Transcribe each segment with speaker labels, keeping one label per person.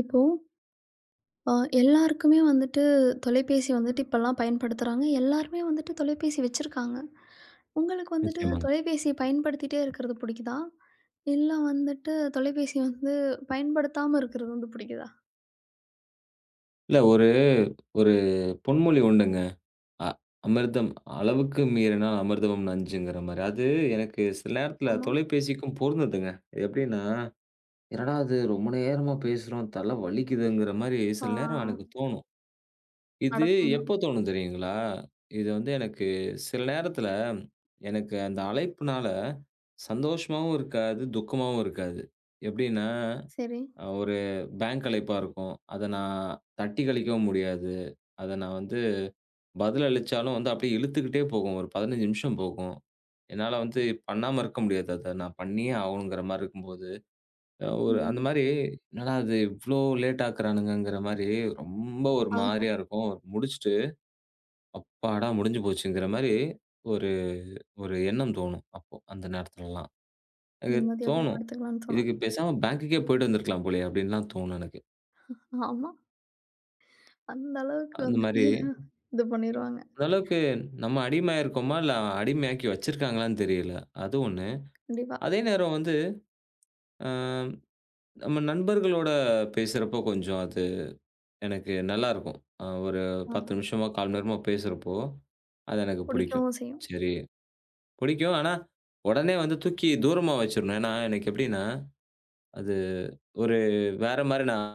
Speaker 1: இப்போ அ எல்லாருக்குமே வந்துட்டு தொலைபேசி வந்துட்டு இப்பல்லாம் பயன்படுத்துறாங்க. எல்லாருமே வந்துட்டு தொலைபேசி வச்சிருக்காங்க. உங்களுக்கு வந்துட்டு
Speaker 2: நிச்சயமாங்க.
Speaker 1: தொலைபேசி பயன்படுத்திட்டே இருக்கிறது புடிக்குதா? இல்ல வந்துட்டு தொலைபேசி வந்து பயன்படுத்தாம இருக்கிறது வந்து புடிக்குதா?
Speaker 2: இல்ல ஒரு ஒரு பொன்மொழி உண்டுங்க. அ அமிர்தம் அளவுக்கு மீறினால் அமிர்தமும் நஞ்சுங்கிற மாரி. அது எனக்கு சில நேரத்தில
Speaker 1: ஆமா.
Speaker 2: தொலைபேசிக்கும் பொருந்ததுங்க. இது எப்படின்னா, "என்னடா இது ரொம்ப நேரமா பேசுறோம், தலை வலிக்குதுங்கிற" மாரி
Speaker 1: ஆ.
Speaker 2: சில நேரம் எனக்கு தோணும். இது
Speaker 1: நடக்கணும்.
Speaker 2: எப்போ தோணும் தெரியுங்களா? இது வந்து எனக்கு சில நேரத்தில எனக்கு அந்த அழைப்புனால சந்தோஷமாவும் இருக்காது, துக்கமாவும் இருக்காது. எப்படின்னா
Speaker 1: சரி.
Speaker 2: ஒரு பேங்க் அழைப்பா இருக்கும். அத நான் தட்டி கழிக்கவும் முடியாது. அத நான் வந்து பதில் அளிச்சாலும் வந்து அப்படியே இழுத்துக்கிட்டே போகும். ஒரு 15 நிமிஷம் போகும். என்னால வந்து பண்ணாம இருக்க முடியாது. அத நான் பண்ணியே ஆகணுங்கிற மாரி இருக்கும்போது, ஒரு அந்த
Speaker 1: ம்.
Speaker 2: மாரி என்னடா இது இவ்ளோ லேட் ஆக்குறானுங்கங்கிற மாரி ரொம்ப ஒரு
Speaker 1: ஆகும்.
Speaker 2: மாரியா இருக்கும். முடிச்சுட்டு அப்பாடா! முடிஞ்சு போச்சுங்கிற மாரி ஒரு ஒரு எண்ணம் தோணும். அப்போ அந்த நேரத்துலலாம். எனக்கு
Speaker 1: நிம்மதியா போய்
Speaker 2: தோணும்.
Speaker 1: படுத்துக்கலாம்ன்னு சொன்னா.
Speaker 2: இதுக்கு பேசாம பேங்க்குக்கே போயிட்டு வந்திருக்கலாம் போலயே! அப்படின்லாம் தோணும் எனக்கு.
Speaker 1: ஆமா. அந்த அளவுக்கு
Speaker 2: அந்த மாரி
Speaker 1: வந்துட்டு இது பண்ணிருவாங்க.
Speaker 2: அந்த அளவுக்கு நம்ம அடிமையாயிருக்கோமா? இல்ல அடிமையாக்கி வச்சிருக்காங்களான்னு தெரியல. அது ஒண்ணு.
Speaker 1: கண்டிப்பா.
Speaker 2: அதே நேரம் வந்து அ நம்ம நண்பர்களோட பேசுறப்போ கொஞ்சம் அது எனக்கு நல்லாருக்கும். ஒரு 10
Speaker 1: ஆ.
Speaker 2: நிமிஷமோ, 1/4 மணி நேரமோ பேசுறப்போ, அது எனக்கு பிடிக்கும்.
Speaker 1: புடிக்கவும் செய்யும்.
Speaker 2: சரி, பிடிக்கும். ஆனா, உடனே வந்து தூக்கி தூரமா வச்சிரணும். ஏன்னா, எனக்கு எப்படின்னா, அது ஒரு வேற மாரி நான்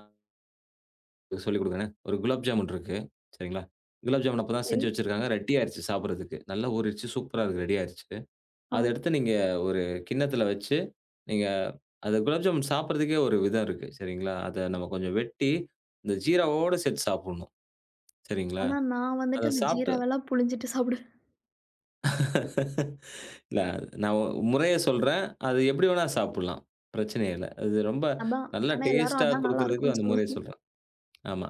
Speaker 2: சொல்லிக் குடுக்குறேன். ஒரு குலாப் ஜாமுன் இருக்கு. சரிங்களா? குலாப் ஜாமுன் அப்பதான்
Speaker 1: சரி.
Speaker 2: செஞ்சு வச்சிருக்காங்க. ரெடி ஆயிருச்சு சாப்பிடுறதுக்கு. நல்லா ஊறிருச்சு. சூப்பரா இருக்கு. ரெடி ஆயிருச்சு.
Speaker 1: ஆ.
Speaker 2: அத எடுத்து நீங்க ஒரு கிண்ணத்துல வச்சு, நீங்க அது குலாப் ஜாமுன் சாப்பிடுறதுக்கே ஒரு விதம் இருக்கு. சரிங்களா? அத நம்ம கொஞ்சம் வெட்டி, இந்த ஜீராவோட சேர்த்து சாப்பிடணும். சரிங்களா?
Speaker 1: ஆனா நான்
Speaker 2: அத
Speaker 1: வந்துட்டு அந்த
Speaker 2: சாப்பிட்டு
Speaker 1: ஜீராவெல்லாம் புழிஞ்சிட்டு சாப்பிடுவேன்.
Speaker 2: இல்ல நான் முறைய சொல்றேன். அது எப்படி வேணா சாப்பிடலாம். பிரச்சனையே இல்ல. அது ரொம்ப
Speaker 1: அதான்.
Speaker 2: நல்லா
Speaker 1: ஆனா எல்லாரும்
Speaker 2: டேஸ்ட்டா
Speaker 1: அதான்
Speaker 2: குடுக்குறதுக்கு
Speaker 1: நல்லாருக்கும்ன்னு
Speaker 2: அந்த முறைய
Speaker 1: சொல்லுவாங்க.
Speaker 2: சொல்றேன். ஆமா.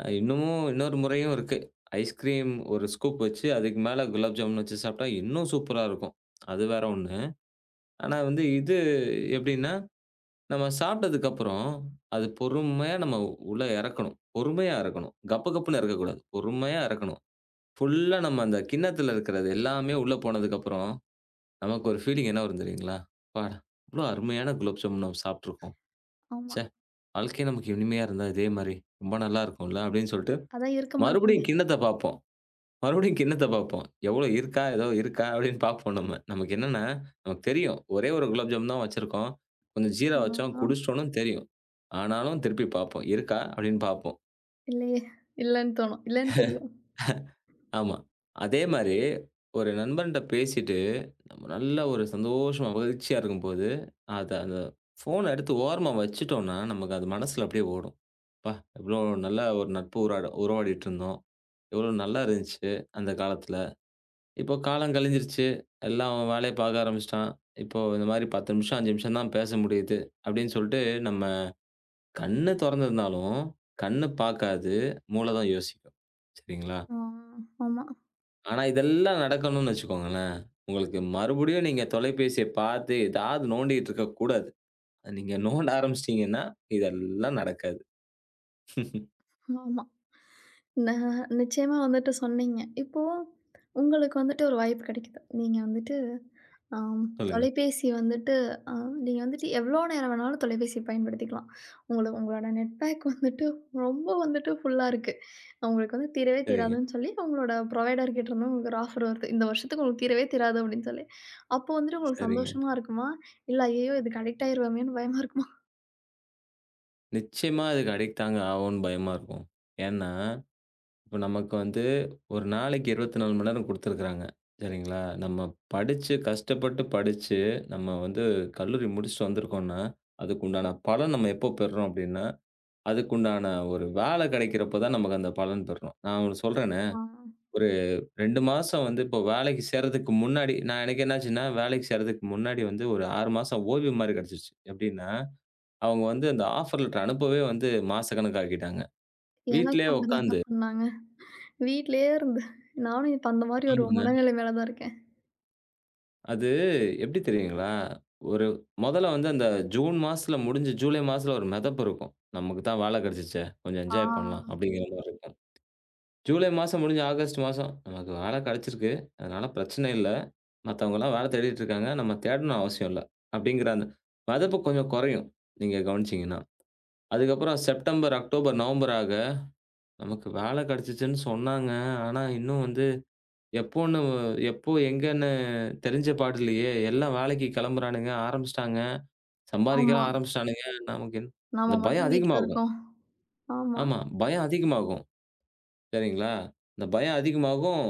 Speaker 2: இன்னமும் இன்னொரு முறையும் இருக்கு. ஐஸ்கிரீம் ஒரு ஸ்கூப் வச்சு, அதுக்கு மேல குலாப் ஜாமுன் வச்சு சாப்பிட்டா இன்னும் சூப்பரா இருக்கும். அது வேற ஒண்ணு. ஆனா வந்து இது எப்படின்னா நம்ம சாப்பிட்டதுக்கப்புறம், அது பொறுமையா நம்ம உள்ள இறக்கணும். பொறுமையா இறக்கணும். கப கப்புன்னு இறக்கக்கூடாது. பொறுமையா இறக்கணும். ஃபுல்லா நம்ம அந்த கிண்ணத்துல இருக்கிறது எல்லாமே உள்ள போனதுக்கப்புறம், நமக்கு ஒரு ஃபீலிங் என்ன வரும் தெரியுங்களா? அப்பாடா! இவ்ளோ அருமையான குலோப் ஜாமுன் நம்ம சாப்ட்டுருக்கோம்.
Speaker 1: ஆமா.
Speaker 2: ச்சே! வாழ்க்கையே நமக்கு இனிமையா இருந்தா இதே மாரி, ரொம்ப நல்லா இருக்கும்ல. அப்படின்னு சொல்லிட்டு
Speaker 1: அதான் இருக்க மாட்டேங்குது.
Speaker 2: மறுபடியும் கிண்ணத்த பார்ப்போம். மறுபடியும் கிண்ணத்த பார்ப்போம். எவ்வளோ இருக்கா? ஏதோ இருக்கா? அப்படின்னு பார்ப்போம் நம்ம. நமக்கு என்னன்னா, நமக்கு தெரியும். ஒரே 1 குலாப் ஜாமுன் தான் வச்சிருக்கோம். கொஞ்சம் ஜீரா வச்சோம்.
Speaker 1: ஆ,
Speaker 2: குடிச்சிட்டோம்னு தெரியும். ஆனாலும் திருப்பி பார்ப்போம். இருக்கா? அப்படின்னு பார்ப்போம்.
Speaker 1: இல்லையே! இல்லன்னு தோணும். இல்லன்னு தெரியும்.
Speaker 2: ஆமா. அதே மாரி ஒரு நண்பன்ட்ட பேசிட்டு, நம்ம நல்ல ஒரு சந்தோஷமா, மகிழ்ச்சியா இருக்கும்போது, அத அந்த ஃபோன எடுத்து ஓரமா வச்சுட்டோம்னா, நமக்கு அது மனசுல அப்படியே ஓடும். "அப்பா! எவ்வளோ நல்ல ஒரு நட்பு உறவாடிட்டு இருந்தோம். எவ்வளோ நல்லா இருந்துச்சு அந்த காலத்துல." இப்போ காலம் கழிஞ்சிருச்சு. எல்லாம் அவன் வேலைய பார்க்க ஆரம்பிச்சுட்டான். இப்போ இந்த மாரி 10 நிமிஷம், 5 நிமிஷம் தான் பேச முடியுது. அப்படின்னு சொல்லிட்டு நம்ம கண்ணு தொறந்திருந்தாலும், கண்ணு பார்க்காது. மூளை தான் யோசிக்கும். சரிங்களா?
Speaker 1: ஆ, ஆமா,
Speaker 2: ஆனா இதெல்லாம் நடக்கணும்னு வச்சுக்கோங்களேன், உங்களுக்கு மறுபடியும் நீங்க தொலைபேசிய பார்த்து ஏதாவது நோண்டிட்டு இருக்கக்கூடாது. நீங்க நோண்ட ஆரம்பிச்சிட்டீங்கன்னா, இதெல்லாம் நடக்காது.
Speaker 1: ஆமா. ந நிச்சயமா வந்துட்டு சொன்னீங்க. இப்போ உங்களுக்கு வந்துட்டு ஒரு வாய்ப்பு கிடைக்குது. நீங்க வந்துட்டு. ஆம்.
Speaker 2: சொல்லுங்க.
Speaker 1: தொலைபேசி வந்துட்டு அ நீங்க வந்துட்டு எவ்வளோ நேரம் வேணாலும் தொலைபேசி பயன்படுத்திக்கலாம். உங்களோட நெட் பேக் வந்துட்டு ரொம்ப வந்துட்டு ஃபுல்லா இருக்கு. உங்களுக்கு வந்து தீரவே
Speaker 2: சரிங்க,
Speaker 1: தீராதுன்னு சொல்லி உங்களோட புரொவைடர் கிட்ட இருந்து உங்களுக்கு ஒரு ஆஃபர் வருது. இந்த வருஷத்துக்கு உங்களுக்கு தீரவே தீராது அப்படின்னு சொல்லி. அப்போ வந்துட்டு உங்களுக்கு
Speaker 2: சரிங்க.
Speaker 1: சந்தோஷமா இருக்குமா? இல்ல ஐயய்யோ! இதுக்கு அடிக்ட் ஆயிருவோமேன்னு பயமா இருக்குமா?
Speaker 2: நிச்சயமா அதுக்கு அடிக்ட் தாங்க ஆவோன்னு பயமா இருக்கும். ஏன்னா இப்ப நமக்கு வந்து ஒரு நாளைக்கு 24 மணி நேரம் குடுத்துருக்காங்க. சரிங்களா? நம்ம படிச்சு, கஷ்டப்பட்டு படிச்சு, நம்ம வந்து கல்லூரி முடிச்சுட்டு வந்திருக்கோம்னா, அதுக்குண்டான பலன் நம்ம எப்போ பெறுறோம் அப்டின்னா, அதுக்குண்டான ஒரு வேலை கிடைக்கிறப்ப தான் நமக்கு அந்த பலன் பெறுறோம். நான் ஒண்ணு சொல்றேனே,
Speaker 1: ஆ.
Speaker 2: ஒரு 2 மாசம் வந்து இப்போ வேலைக்கு சேர்றதுக்கு முன்னாடி நான் எனக்கு என்னாச்சுன்னா, வேலைக்கு சேர்றதுக்கு முன்னாடி வந்து ஒரு 6 மாசம் ஓய்வு மாரி கிடைச்சிருச்சு. எப்டின்னா, அவங்க வந்து அந்த ஆஃபர் லெட்டர் அனுப்பவே வந்து மாசக்கணக்காக்கிட்டாங்க. வீட்லயே
Speaker 1: எனக்கும் அப்படிதாங்க
Speaker 2: உட்காந்து
Speaker 1: பண்ணாங்க. வீட்லயே இருந்தேன். நானும் இப்ப அந்த மாரி ஒரு
Speaker 2: ஆமாங்க.
Speaker 1: மனநிலைமையில தான் இருக்கேன்.
Speaker 2: அது எப்டி தெரியுங்களா? ஒரு மொதல்ல வந்து அந்த ஜூன் மாசத்துல முடிஞ்சு, ஜூலை மாசத்துல ஒரு மெதப்பு இருக்கும். நமக்கு தான் வேல கெடச்சுச்சே! கொஞ்சம்
Speaker 1: ஆ,
Speaker 2: என்ஜாய் பண்ணலாம் அப்டிங்கிற மாரி இருக்கும். ஜூலை மாசம் முடிஞ்சு ஆகஸ்ட் மாசம் நமக்கு வேல கெடச்சிருக்கு. அதனால பிரச்சனை இல்ல. மத்தவங்கலாம் வேல தேடிட்டு இருக்காங்க. நம்ம தேடணும் அவசியம் இல்ல. அப்டிங்கிற அந்த மெதப்பு கொஞ்சம் கொறையும். நீங்க கவனிச்சீங்கன்னா. அதுக்கப்புறம் செப்டம்பர், அக்டோபர், நவம்பர் ஆக நமக்கு வேல கெடச்சுச்சுன்னு சொன்னாங்க. ஆனா, இன்னும் வந்து எப்போன்னு எப்போ, எங்கன்னு தெரிஞ்ச பாடில்லையே! எல்லாம் வேலைக்கு கிளம்புறானுங்க, ஆரம்பிச்சுட்டாங்க.
Speaker 1: ஆமா.
Speaker 2: சம்பாதிக்கலாம் ஆரம்பிச்சுட்டானுங்க. நமக்கு என்
Speaker 1: நாம
Speaker 2: இந்த பயம்
Speaker 1: மட்டும் வீட்ல
Speaker 2: அதிகமாகும்.
Speaker 1: இருக்கோம். ஆமா.
Speaker 2: ஆமா, பயம் அதிகமாகும். சரிங்களா? இந்த பயம் அதிகமாகும்.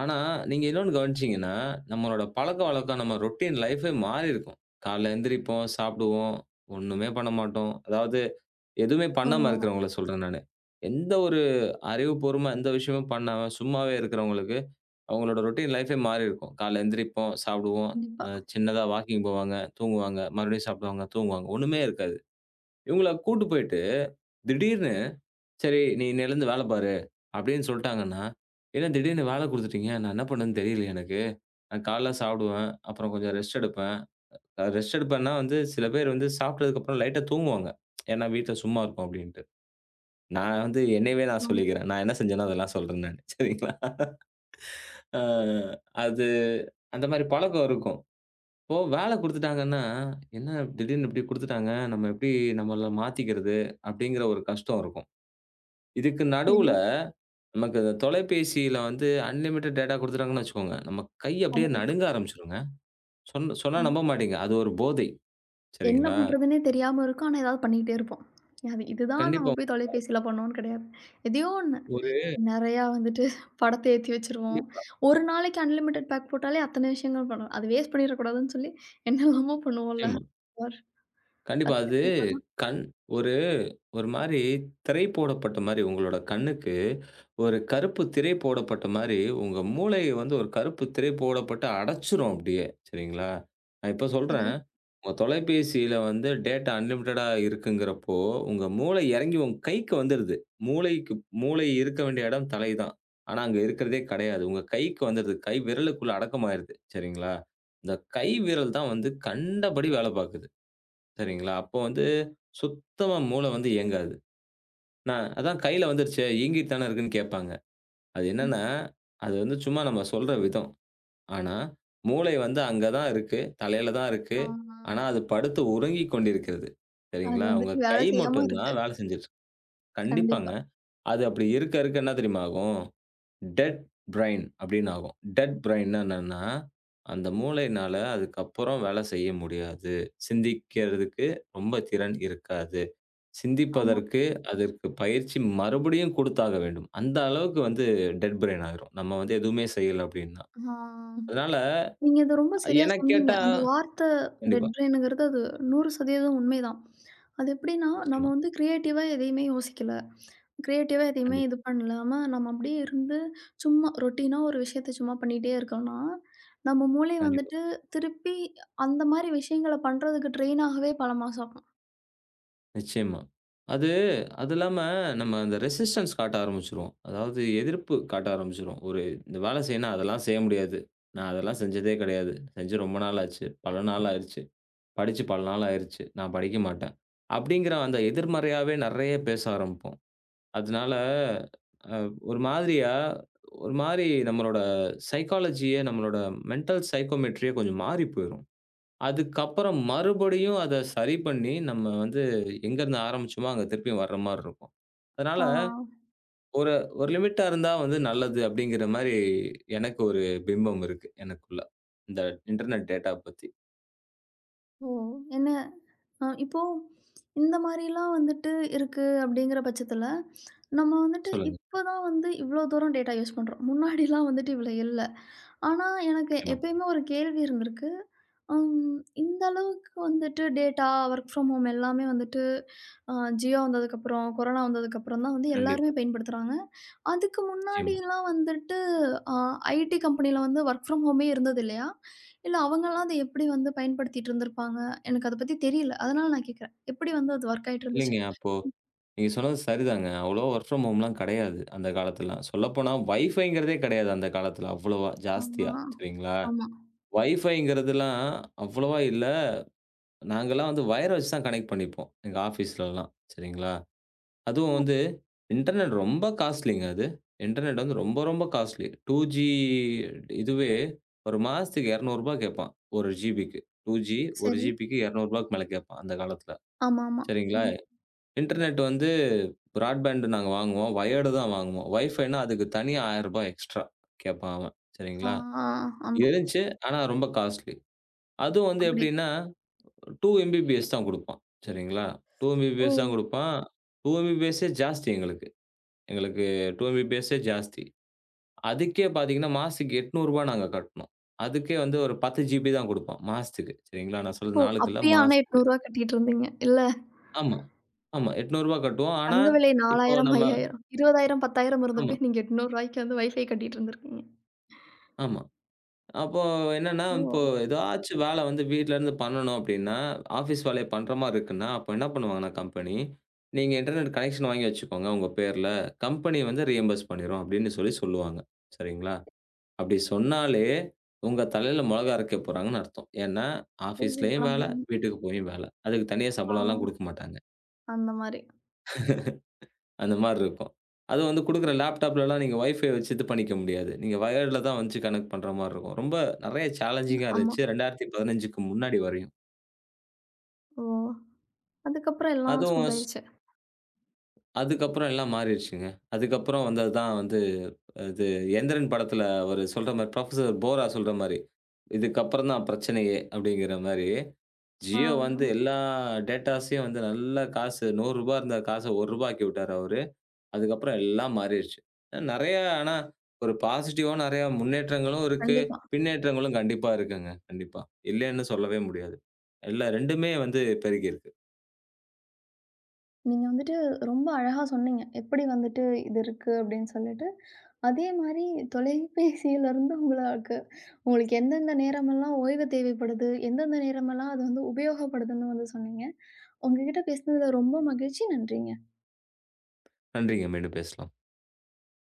Speaker 2: ஆனா, நீங்க இன்னொன்னு கவனிச்சீங்கன்னா, நம்மளோட பழக்கவழக்கம் நம்ம ரொட்டீன் லைஃபே மாறியிருக்கும். காலைல எந்திரிப்போம், சாப்பிடுவோம், ஒண்ணுமே பண்ண மாட்டோம். அதாவது எதுவுமே பண்ணாம
Speaker 1: தூங்குவோம்.
Speaker 2: இருக்கிறவங்கள சொல்றேன் நானு. எந்த ஒரு அறிவுபூர்வமா எந்த விஷயமும் பண்ணாம சும்மாவே இருக்கிறவங்களுக்கு அவங்களோட ரொட்டீன் லைஃபே மாறி இருக்கும். காலைல எந்திரிப்போம், சாப்பிடுவோம், அ
Speaker 1: கண்டிப்பா.
Speaker 2: சின்னதா வாக்கிங் போவாங்க, தூங்குவாங்க, மறுபடியும் சாப்பிடுவாங்க, தூங்குவாங்க. ஒண்ணுமே இருக்காது. இவங்கள கூட்டு போயிட்டு, திடீர்னு "சரி நீ இன்னையிலருந்து வேல பாரு" அப்படின்னு சொல்ட்டாங்கன்னா, "என்ன திடீர்னு வேல குடுத்துட்டீங்க? நான் என்ன பண்ணணும்னு தெரியலையே எனக்கு. நான் காலைல சாப்பிடுவேன், அப்புறம் கொஞ்சம் ரெஸ்ட் எடுப்பேன்." ரெஸ்ட் எடுப்பேன்னா வந்து சில பேர் வந்து சாப்பிட்டதுக்கப்புறம் லைட்டா தூங்குவாங்க. ஏன்னா வீட்ல சும்மா இருக்கோம் அப்படின்ட்டு. நான் வந்து என்னையவே நான்
Speaker 1: ஆமா.
Speaker 2: சொல்லிக்கிறேன். நான் என்ன செஞ்சேனோ அதெல்லாம் சொல்றேன் நானு. சரிங்களா? அ அது அந்த மாரி பழக்கம் இருக்கும். இப்போ வேல குடுத்துட்டாங்கன்னா, "என்ன திடீர்னு இப்படி குடுத்துட்டாங்க, நம்ம எப்படி நம்மள மாத்திக்கிறது?" அப்படிங்கிற ஒரு கஷ்டம் இருக்கும். இதுக்கு நடுவுல
Speaker 1: சரி.
Speaker 2: நமக்கு இந்த தொலைபேசியில வந்து அன்லிமிட்டட் டேட்டா குடுத்துட்டாங்கன்னு வச்சுக்கோங்க, நம்ம கை அப்படியே
Speaker 1: அவ்வளோதான்.
Speaker 2: நடுங்க ஆரம்பிச்சுருங்க. சொன்னா
Speaker 1: ஆமா.
Speaker 2: நம்ப மாட்டீங்க. அது ஒரு போதை.
Speaker 1: என்ன
Speaker 2: சரிங்களா?
Speaker 1: பண்றதுன்னே தெரியாம இருக்கும். ஆனா ஏதாவது பண்ணிக்கிட்டே இருப்போம். அது இதுதான் நம்ம
Speaker 2: கண்டிப்பா
Speaker 1: போய் தொலைபேசியில பண்ணோம்னு கிடையாது. எதையோ ஒண்ணு.
Speaker 2: ஒரு
Speaker 1: நெறையா வந்துட்டு படத்த ஏத்தி வச்சுருவோம்.
Speaker 2: கண்டிப்பா.
Speaker 1: ஒரு நாளைக்கு அன்லிமிட்டட் பேக் போட்டாலே அத்தன விஷயங்கள் பண்ணுவோம். அது வேஸ்ட் பண்ணிறக்கூடாதுன்னு சொல்லி என்னெல்லாமோ பண்ணுவோம்ல.
Speaker 2: நிச்சயமா.
Speaker 1: வர்
Speaker 2: கண்டிப்பா. அது
Speaker 1: வருஷக்கணக்கான
Speaker 2: கண் ஒரு ஒரு மாரி திரை போடப்பட்ட மாரி, உங்களோட கண்ணுக்கு ஒரு கருப்பு திரை போடப்பட்ட மாரி, உங்க மூளைய வந்து ஒரு கருப்பு திரை போடப்பட்டு அடைச்சுரும் அப்படியே. சரிங்களா? நான் இப்ப
Speaker 1: சரி.
Speaker 2: சொல்றேன். உங்க தொலைபேசியில வந்து டேட்டா அன்லிமிட்டடா இருக்குங்கிறப்போ, உங்க மூளை இறங்கி உங்க கைக்கு வந்துருது. மூளைக்கு மூளை இருக்க வேண்டிய இடம் தலை தான். ஆனா அங்க இருக்கிறதே கிடையாது. உங்க கைக்கு வந்துருது. கை விரலுக்குள்ள அடக்கமாயிருது. சரிங்களா? இந்த கை விரல் தான் வந்து கண்டபடி வேலை பாக்குது. சரிங்களா? அப்போ வந்து சுத்தமா மூளை வந்து இயங்காது. நான் அதான் கையில வந்துருச்சே, இயங்கிட்டு தானே இருக்குன்னு கேட்பாங்க. அது
Speaker 1: ம்.
Speaker 2: என்னன்னா, அது வந்து சும்மா நம்ம சொல்ற விதம். ஆனா, மூளை வந்து அங்க தான் இருக்கு. தலையில தான் இருக்கு.
Speaker 1: ஆ.
Speaker 2: ஆனா, அது படுத்து உறங்கிக் கொண்டிருக்கிறது.
Speaker 1: அது
Speaker 2: சரிங்களா? உங்க
Speaker 1: வந்துட்டு
Speaker 2: கை
Speaker 1: வேலை செய்யாம
Speaker 2: மட்டும்
Speaker 1: இருக்கு.
Speaker 2: தான் வேலை செஞ்சுட்டு இருக்கு. கண்டிப்பாங்க.
Speaker 1: கண்டிப்பா.
Speaker 2: அது அப்படி இருக்க இருக்க என்ன தெரியுமா ஆகும்? டெட் பிரைன் அப்படின்னு ஆகும். டெட் பிரைன்னா என்னன்னா, அந்த மூளைனால அதுக்கப்புறம் வேலை செய்ய முடியாது. சிந்திக்கிறதுக்கு ரொம்ப திறன் இருக்காது.
Speaker 1: ஆமா.
Speaker 2: சிந்திப்பதற்கு அதற்கு பயிற்சி மறுபடியும் குடுத்தாக வேண்டும். அந்த அளவுக்கு வந்து டெட் பிரெயின் ஆயிரும். நம்ம வந்து எதுவுமே செய்யல அப்டின்னா.
Speaker 1: ஆ.
Speaker 2: அதனால
Speaker 1: நீங்க இத ரொம்ப சரியா
Speaker 2: எனக்
Speaker 1: சொன்னீங்க.
Speaker 2: கேட்டா
Speaker 1: அந்த வார்த்தை
Speaker 2: கண்டிப்பா,
Speaker 1: டெட் பிரெயினுங்கிறது அது 100% உண்மைதான். அது எப்படின்னா, நம்ம
Speaker 2: நிச்சயமா,
Speaker 1: வந்து கிரியேட்டிவா எதையுமே யோசிக்கல. கிரியேட்டிவா எதையுமே
Speaker 2: கண்டிப்பா,
Speaker 1: இது பண்ணலாம, நம்ம அப்படியே இருந்து சும்மா ரொட்டீனா ஒரு விஷயத்த சும்மா பண்ணிட்டே இருக்கோம்னா, நம்ம மூளை
Speaker 2: கண்டிப்பா,
Speaker 1: வந்துட்டு திருப்பி அந்த மாரி விஷயங்கள பண்றதுக்கு ட்ரெயின் ஆகவே பல மாசம் ஆகும்.
Speaker 2: நிச்சயமா. அது அது இல்லாம நம்ம அந்த ரெசிஸ்டன்ஸ் காட்ட ஆரம்பிச்சுருவோம். அதாவது எதிர்ப்பு காட்ட ஆரம்பிச்சுருவோம். ஒரு இந்த வேல செய்யணும்னா அதெல்லாம் செய்ய முடியாது. நான் அதெல்லாம் செஞ்சதே கிடையாது. செஞ்சு ரொம்ப நாள் ஆச்சு. பல நாள் ஆயிருச்சு. படிச்சு பல நாள் ஆயிருச்சு. நான் படிக்க மாட்டேன். அப்டிங்கிற அந்த எதிர்மறையாவே நெறைய பேச ஆரம்பிப்போம். அதனால அ ஒரு மாதிரியா, ஒரு மாரி நம்மளோட சைக்காலஜியே, நம்மளோட மென்டல் சைக்கோமெட்ரியே கொஞ்சம் மாறி போயிரும். அதுக்கப்புறம் மறுபடியும் அத சரி பண்ணி, நம்ம வந்து எங்கருந்து ஆரம்பிச்சோமோ, அங்க திருப்பியும் வர்ற மாரி இருக்கும். அதனால
Speaker 1: ஆ.
Speaker 2: ஒரு ஒரு லிமிட்டா இருந்தா வந்து நல்லது அப்படிங்கிற மாரி எனக்கு ஒரு பிம்பம் இருக்கு எனக்குள்ள. இந்த இன்டர்நெட் டேட்டா பத்தி.
Speaker 1: ஓ! என்ன இப்போ இந்த மாரிலாம் வந்துட்டு இருக்கு அப்படிங்கிற பட்சத்தில, நம்ம வந்துட்டு
Speaker 2: சொல்லுங்க.
Speaker 1: இப்போ தான் வந்து இவ்வளோ தூரம் டேட்டா யூஸ் பண்ணுறோம். முன்னாடிலாம் வந்துட்டு இவ்வளோ இல்ல. ஆனா, எனக்கு
Speaker 2: நிச்சயமா.
Speaker 1: எப்பயுமே ஒரு கேள்வி இருந்திருக்கு. அம் இந்த அளவுக்கு வந்துட்டு டேட்டா, வொர்க் ஃப்ரம் ஹோம் எல்லாமே வந்துட்டு அ ஜியோ வந்ததுக்கப்புறம், கொரோனா வந்ததுக்கப்புறம் தான் வந்து எல்லாருமே
Speaker 2: கண்டிப்பா.
Speaker 1: பயன்படுத்துறாங்க. அதுக்கு
Speaker 2: நிச்சயமா.
Speaker 1: முன்னாடிலாம் வந்துட்டு அ ஐடி கம்பெனியில வந்து வொர்க் ஃப்ரம் ஹோமே இருந்தது இல்லையா? இல்ல அவங்கலாம் அத எப்படி வந்து பயன்படுத்திட்டு இருந்திருப்பாங்க? எனக்கு அத பத்தி தெரியல. அதனால நான் கேட்கிறேன். எப்படி வந்து அது ஒர்க் ஆயிட்டு இருந்துச்சு?
Speaker 2: இல்லைங்க. நீங்க சொன்னது சரிதாங்க. அவ்வளவா வொர்க் ஃப்ரம் ஹோம்லாம் கெடையாது, அந்த காலத்துலலாம். சொல்லப்போனா வைஃபைங்கிறதே கெடையாது அந்த காலத்துல அவ்வளவா,
Speaker 1: ஆமா.
Speaker 2: ஜாஸ்தியா. சரிங்களா?
Speaker 1: ஆமா.
Speaker 2: வைஃபைங்கிறதுலாம் அவ்வளவா இல்ல. நாங்கலாம் வந்து வயர வச்சு தான் கனெக்ட் பண்ணிப்போம், எங்க ஆஃபீஸ்லலாம். சரிங்களா? அதுவும் வந்து இன்டர்நெட் ரொம்ப காஸ்ட்லிங்க அது. இன்டர்நெட் வந்து ரொம்ப, ரொம்ப காஸ்ட்லி. 2ஜி இதுவே ஒரு மாசத்துக்கு ரூ. 200 கேப்பான். 1 ஜிபிக்கு. 2ஜி 1
Speaker 1: சரி.
Speaker 2: ஜிபிக்கு ரூ. 200க்கு மேல கேப்பான் அந்த காலத்துல.
Speaker 1: ஆமாமா.
Speaker 2: சரிங்களா?
Speaker 1: ம்.
Speaker 2: இன்டர்நெட் வந்து பிராட்பேண்ட் நாங்க வாங்குவோம். வயர்டு தான் வாங்குவோம். வைஃபைன்னா அதுக்கு தனியா ரூ. 1000 எக்ஸ்ட்ரா கேட்பான் அவன். சரிங்களா?
Speaker 1: ஆ, ஆமா.
Speaker 2: இருந்துச்சு. ஆனா ரொம்ப காஸ்ட்லி. அதுவும் வந்து
Speaker 1: அப்படி.
Speaker 2: எப்படின்னா 2 எம்பிபிஎஸ் தான் குடுப்பான். சரிங்களா? 2
Speaker 1: ஓ!
Speaker 2: எம்பிபிஎஸ் தான் குடுப்பான். 2 எம்பிபிஎஸ்ஸே ஜாஸ்தி எங்களுக்கு. எங்களுக்கு 2 எம்பிபிஎஸ்ஸே ஜாஸ்தி. அதுக்கே பார்த்தீங்கன்னா, மாசத்துக்கு ரூ. 800 நாங்க கட்டணும். அதுக்கே வந்து ஒரு 10 ஜிபி தான் குடுப்பான் மாசத்துக்கு. சரிங்களா? நான்
Speaker 1: ஓ!
Speaker 2: சொல்றது நாளுக்கு இல்ல,
Speaker 1: அப்பயே ஆனா ரூ.
Speaker 2: மாசத்துக்கு.
Speaker 1: 800 கட்டிட்டு இருந்தீங்க. இல்ல
Speaker 2: ஆமா, ஆமா ரூ. 800 கட்டுவோம். ஆனா
Speaker 1: தங்க விலை
Speaker 2: இப்போ
Speaker 1: 4000,
Speaker 2: நம்ம
Speaker 1: 5000, 20,000, 10,000
Speaker 2: ஆமா,
Speaker 1: இருந்தப்பயே நீங்க ரூ. 800க்கு வந்து வைஃபை கட்டிட்டு இருந்திருக்கீங்க.
Speaker 2: ஆமா. அப்போ என்னன்னா,
Speaker 1: ஓ!
Speaker 2: இப்போ ஏதாச்சும் வேல வந்து வீட்லருந்து பண்ணணும் அப்டின்னா, ஆஃபீஸ் வேலைய பண்ற மாரி இருக்குன்னா, அப்போ என்ன பண்ணுவாங்கன்னா கம்பெனி, "நீங்க இன்டர்நெட் கனெக்ஷன் வாங்கி வச்சுக்கோங்க உங்க பேர்ல. கம்பெனி வந்து ரீயம்பர்ஸ் பண்ணிரும்" அப்டின்னு சொல்லி சொல்லுவாங்க. சரிங்களா? அப்டி சொன்னாலே, உங்க தலையில மொளகா அரைக்க போறாங்கன்னு அர்த்தம். ஏன்னா,
Speaker 1: ஓ! பண்ண
Speaker 2: ஆஃபீஸ்லயும் வேல,
Speaker 1: மாட்டாங்க.
Speaker 2: வீட்டுக்கு போயும் வேல. அதுக்கு தனியா
Speaker 1: ஆ.
Speaker 2: சம்பளம்லாம் குடுக்க மாட்டாங்க.
Speaker 1: அந்த மாரி.
Speaker 2: அந்த மாரி இருக்கும். அதுவும் வந்து குடுக்குற லேப்டாப்லலாம் நீங்க வைஃபை வச்சு இது பண்ணிக்க முடியாது. நீங்க வயர்ல தான் வச்சு கனெக்ட் பண்ற மாரி இருக்கும். ரொம்ப நெறைய
Speaker 1: ம்.
Speaker 2: சேலஞ்சிங்கா
Speaker 1: ஆமா.
Speaker 2: இருந்துச்சு. 2015க்கு முன்னாடி வரையும்.
Speaker 1: ஓ! அதுக்கப்புறம் எல்லாம்
Speaker 2: அதுவும்
Speaker 1: ஸ்மூத்
Speaker 2: ஸ்
Speaker 1: ஆயிருச்சு.
Speaker 2: அதுக்கப்புறம் எல்லாம் மாறிருச்சுங்க. அதுக்கப்புறம் வந்தது தான் வந்து இது எந்திரன் படத்துல அவரு சொல்ற மாரி புரொஃபசர் போரா சொல்ற மாரி, "இதுக்கப்புறம் தான் பிரச்சனையே" அப்படிங்கிற மாரி,
Speaker 1: ஆ.
Speaker 2: ஜியோ வந்து எல்லா டேட்டாஸையும் வந்து நல்லா காசு ரூ. 100 இருந்த காச ரூ. 1 ஆக்கி விட்டாரு அவரு. அதுக்கப்புறம் எல்லாம் மாறிருச்சு. நெறைய ஆனா, ஒரு பாசிட்டிவா நெறைய முன்னேற்றங்களும் இருக்கு.
Speaker 1: கண்டிப்பா.
Speaker 2: பின்னேற்றங்களும் கண்டிப்பா இருக்குங்க. கண்டிப்பா. இல்லன்னு சொல்லவே முடியாது. இல்ல 2மே வந்து பெருகியிருக்கு.
Speaker 1: நீங்க வந்துட்டு ரொம்ப அழகா சொன்னீங்க. எப்படி வந்துட்டு இது இருக்கு அப்படின்னு சொல்லிட்டு. அதே மாரி தொலைபேசியிலருந்து உங்களுக்கு உங்களுக்கு எந்தெந்த நேரமெல்லாம் ஓய்வு தேவைப்படுது? எந்தெந்த நேரமெல்லாம் அது வந்து உபயோகப்படுதுன்னு வந்து சொன்னீங்க. உங்ககிட்ட பேசினதுல ரொம்ப மகிழ்ச்சி. நன்றிங்க.
Speaker 2: நன்றிங்க. மீண்டும் பேசலாம்.